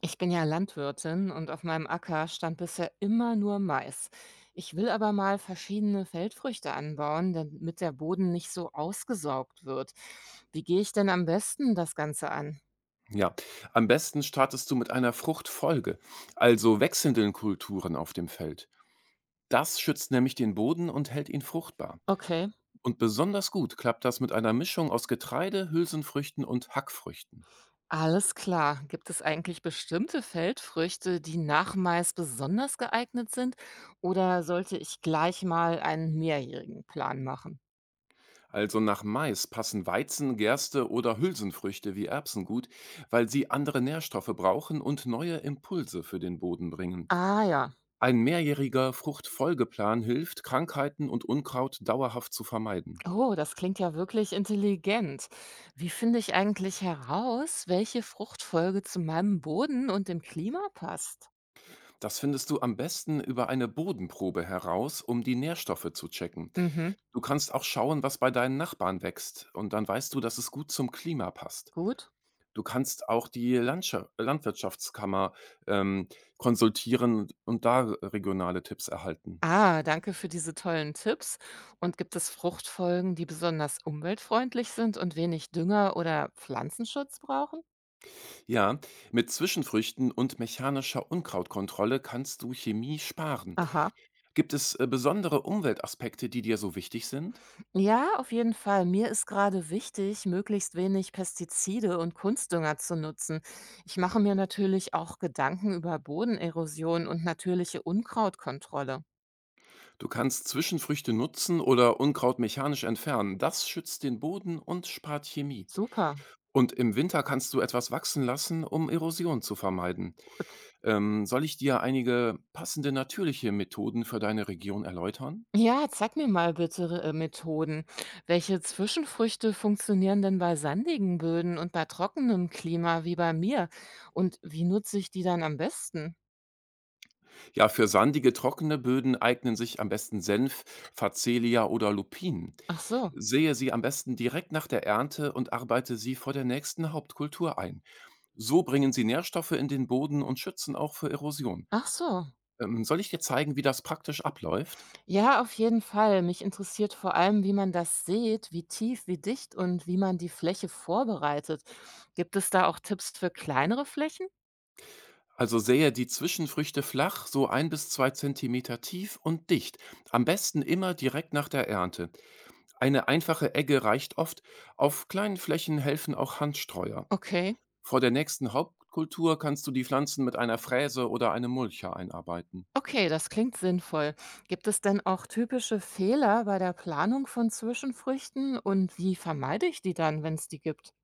Ich bin ja Landwirtin und auf meinem Acker stand bisher immer nur Mais. Ich will aber mal verschiedene Feldfrüchte anbauen, damit der Boden nicht so ausgesaugt wird. Wie gehe ich denn am besten das Ganze an? Ja, am besten startest du mit einer Fruchtfolge, also wechselnden Kulturen auf dem Feld. Das schützt nämlich den Boden und hält ihn fruchtbar. Okay, Und besonders gut klappt das mit einer Mischung aus Getreide, Hülsenfrüchten und Hackfrüchten. alles klar. Gibt es eigentlich bestimmte Feldfrüchte, die nach Mais besonders geeignet sind? Oder sollte ich gleich mal einen mehrjährigen Plan machen? Also nach Mais passen Weizen, Gerste oder Hülsenfrüchte wie Erbsen gut, weil sie andere Nährstoffe brauchen und neue Impulse für den Boden bringen. Ah ja. Ein mehrjähriger Fruchtfolgeplan hilft, Krankheiten und Unkraut dauerhaft zu vermeiden. Oh, das klingt ja wirklich intelligent. Wie finde ich eigentlich heraus, welche Fruchtfolge zu meinem Boden und dem Klima passt? Das findest du am besten über eine Bodenprobe heraus, um die Nährstoffe zu checken. Mhm, Du kannst auch schauen, was bei deinen Nachbarn wächst, und dann weißt du, dass es gut zum Klima passt. gut. Du kannst auch die Landwirtschaftskammer ähm, konsultieren und da regionale Tipps erhalten. Ah, danke für diese tollen Tipps. Und gibt es Fruchtfolgen, die besonders umweltfreundlich sind und wenig Dünger oder Pflanzenschutz brauchen? Ja, mit Zwischenfrüchten und mechanischer Unkrautkontrolle kannst du Chemie sparen. Aha. Gibt es besondere Umweltaspekte, die dir so wichtig sind? Ja, auf jeden Fall. Mir ist gerade wichtig, möglichst wenig Pestizide und Kunstdünger zu nutzen. Ich mache mir natürlich auch Gedanken über Bodenerosion und natürliche Unkrautkontrolle. Du kannst Zwischenfrüchte nutzen oder Unkraut mechanisch entfernen. Das schützt den Boden und spart Chemie. Super, Und im Winter kannst du etwas wachsen lassen, um Erosion zu vermeiden. gut. Soll ich dir einige passende natürliche Methoden für deine Region erläutern? Ja, zeig mir mal bitte Methoden. Welche Zwischenfrüchte funktionieren denn bei sandigen Böden und bei trockenem Klima wie bei mir? Und wie nutze ich die dann am besten? Ja, für sandige, trockene Böden eignen sich am besten Senf, Facelia oder Lupin. Ach so, Sehe sie am besten direkt nach der Ernte und arbeite sie vor der nächsten Hauptkultur ein. So bringen sie Nährstoffe in den Boden und schützen auch für Erosion. ach so. Soll ich dir zeigen, wie das praktisch abläuft? Ja, auf jeden Fall. Mich interessiert vor allem, wie man das sät, wie tief, wie dicht und wie man die Fläche vorbereitet. Gibt es da auch Tipps für kleinere Flächen? Also sähe die Zwischenfrüchte flach, so 1 bis 2 Zentimeter tief und dicht. Am besten immer direkt nach der Ernte. Eine einfache Egge reicht oft. Auf kleinen Flächen helfen auch Handstreuer. Okay. Vor der nächsten Hauptkultur kannst du die Pflanzen mit einer Fräse oder einem Mulcher einarbeiten. Okay, das klingt sinnvoll. Gibt es denn auch typische Fehler bei der Planung von Zwischenfrüchten und wie vermeide ich die dann, wenn es die gibt?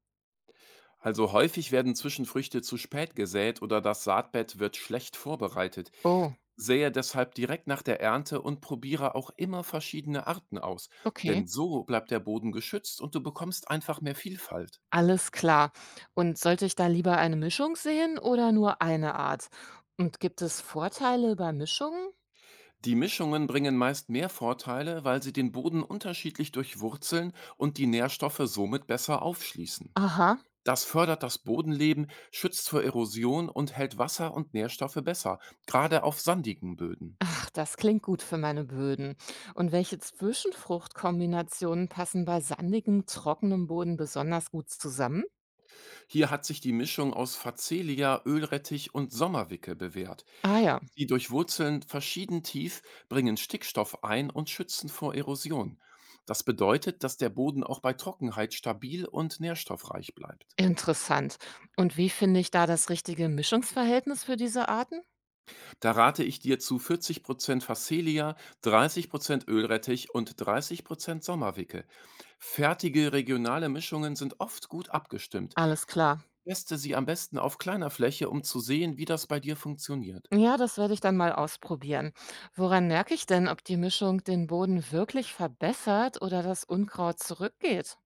Also häufig werden Zwischenfrüchte zu spät gesät oder das Saatbett wird schlecht vorbereitet. Oh, Sähe deshalb direkt nach der Ernte und probiere auch immer verschiedene Arten aus, okay. denn so bleibt der Boden geschützt und du bekommst einfach mehr Vielfalt. Alles klar. Und sollte ich da lieber eine Mischung sehen oder nur eine Art? Und gibt es Vorteile bei Mischungen? Die Mischungen bringen meist mehr Vorteile, weil sie den Boden unterschiedlich durchwurzeln und die Nährstoffe somit besser aufschließen. Aha. Das fördert das Bodenleben, schützt vor Erosion und hält Wasser und Nährstoffe besser, gerade auf sandigen Böden. Ach, das klingt gut für meine Böden. Und welche Zwischenfruchtkombinationen passen bei sandigem, trockenem Boden besonders gut zusammen? Hier hat sich die Mischung aus Facelia, Ölrettich und Sommerwicke bewährt. Ah ja, Sie durchwurzeln verschieden tief, bringen Stickstoff ein und schützen vor Erosion. Das bedeutet, dass der Boden auch bei Trockenheit stabil und nährstoffreich bleibt. interessant. Und wie finde ich da das richtige Mischungsverhältnis für diese Arten? Da rate ich dir zu 40% Facelia, 30% Ölrettich und 30% Sommerwicke. Fertige regionale Mischungen sind oft gut abgestimmt. Alles klar. Teste sie am besten auf kleiner Fläche, um zu sehen, wie das bei dir funktioniert. Ja, das werde ich dann mal ausprobieren. Woran merke ich denn, ob die Mischung den Boden wirklich verbessert oder das Unkraut zurückgeht?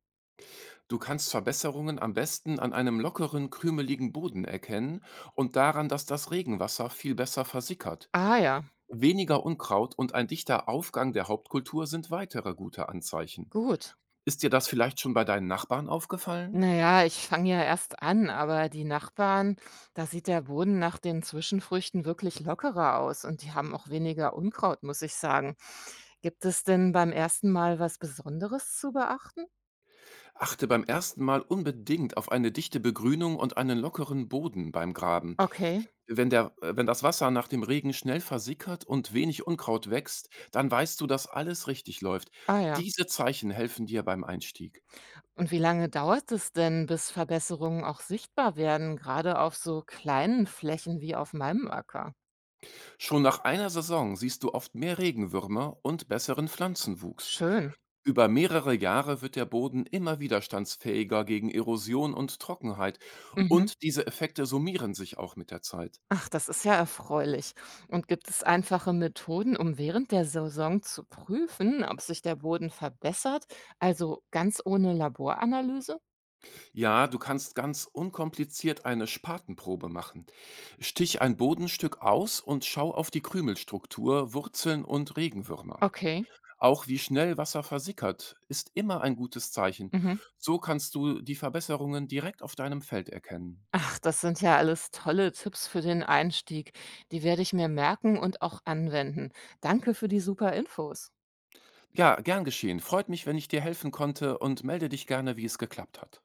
Du kannst Verbesserungen am besten an einem lockeren, krümeligen Boden erkennen und daran, dass das Regenwasser viel besser versickert. Ah ja, Weniger Unkraut und ein dichter Aufgang der Hauptkultur sind weitere gute Anzeichen. gut. Ist dir das vielleicht schon bei deinen Nachbarn aufgefallen? Na ja, ich fange ja erst an, aber die Nachbarn, da sieht der Boden nach den Zwischenfrüchten wirklich lockerer aus und die haben auch weniger Unkraut, muss ich sagen. Gibt es denn beim ersten Mal was Besonderes zu beachten? Achte beim ersten Mal unbedingt auf eine dichte Begrünung und einen lockeren Boden beim Graben. Okay, Wenn das Wasser nach dem Regen schnell versickert und wenig Unkraut wächst, dann weißt du, dass alles richtig läuft. ah ja. Diese Zeichen helfen dir beim Einstieg. Und wie lange dauert es denn, bis Verbesserungen auch sichtbar werden, gerade auf so kleinen Flächen wie auf meinem Acker? Schon nach einer Saison siehst du oft mehr Regenwürmer und besseren Pflanzenwuchs. Schön. Über mehrere Jahre wird der Boden immer widerstandsfähiger gegen Erosion und Trockenheit Mhm. und diese Effekte summieren sich auch mit der Zeit. Ach, das ist ja erfreulich. Und gibt es einfache Methoden, um während der Saison zu prüfen, ob sich der Boden verbessert, also ganz ohne Laboranalyse? Ja, du kannst ganz unkompliziert eine Spatenprobe machen. Stich ein Bodenstück aus und schau auf die Krümelstruktur, Wurzeln und Regenwürmer. Okay. Auch wie schnell Wasser versickert, ist immer ein gutes Zeichen. Mhm. So kannst du die Verbesserungen direkt auf deinem Feld erkennen. Ach, das sind ja alles tolle Tipps für den Einstieg. Die werde ich mir merken und auch anwenden. Danke für die super Infos. Ja, gern geschehen. Freut mich, wenn ich dir helfen konnte und melde dich gerne, wie es geklappt hat.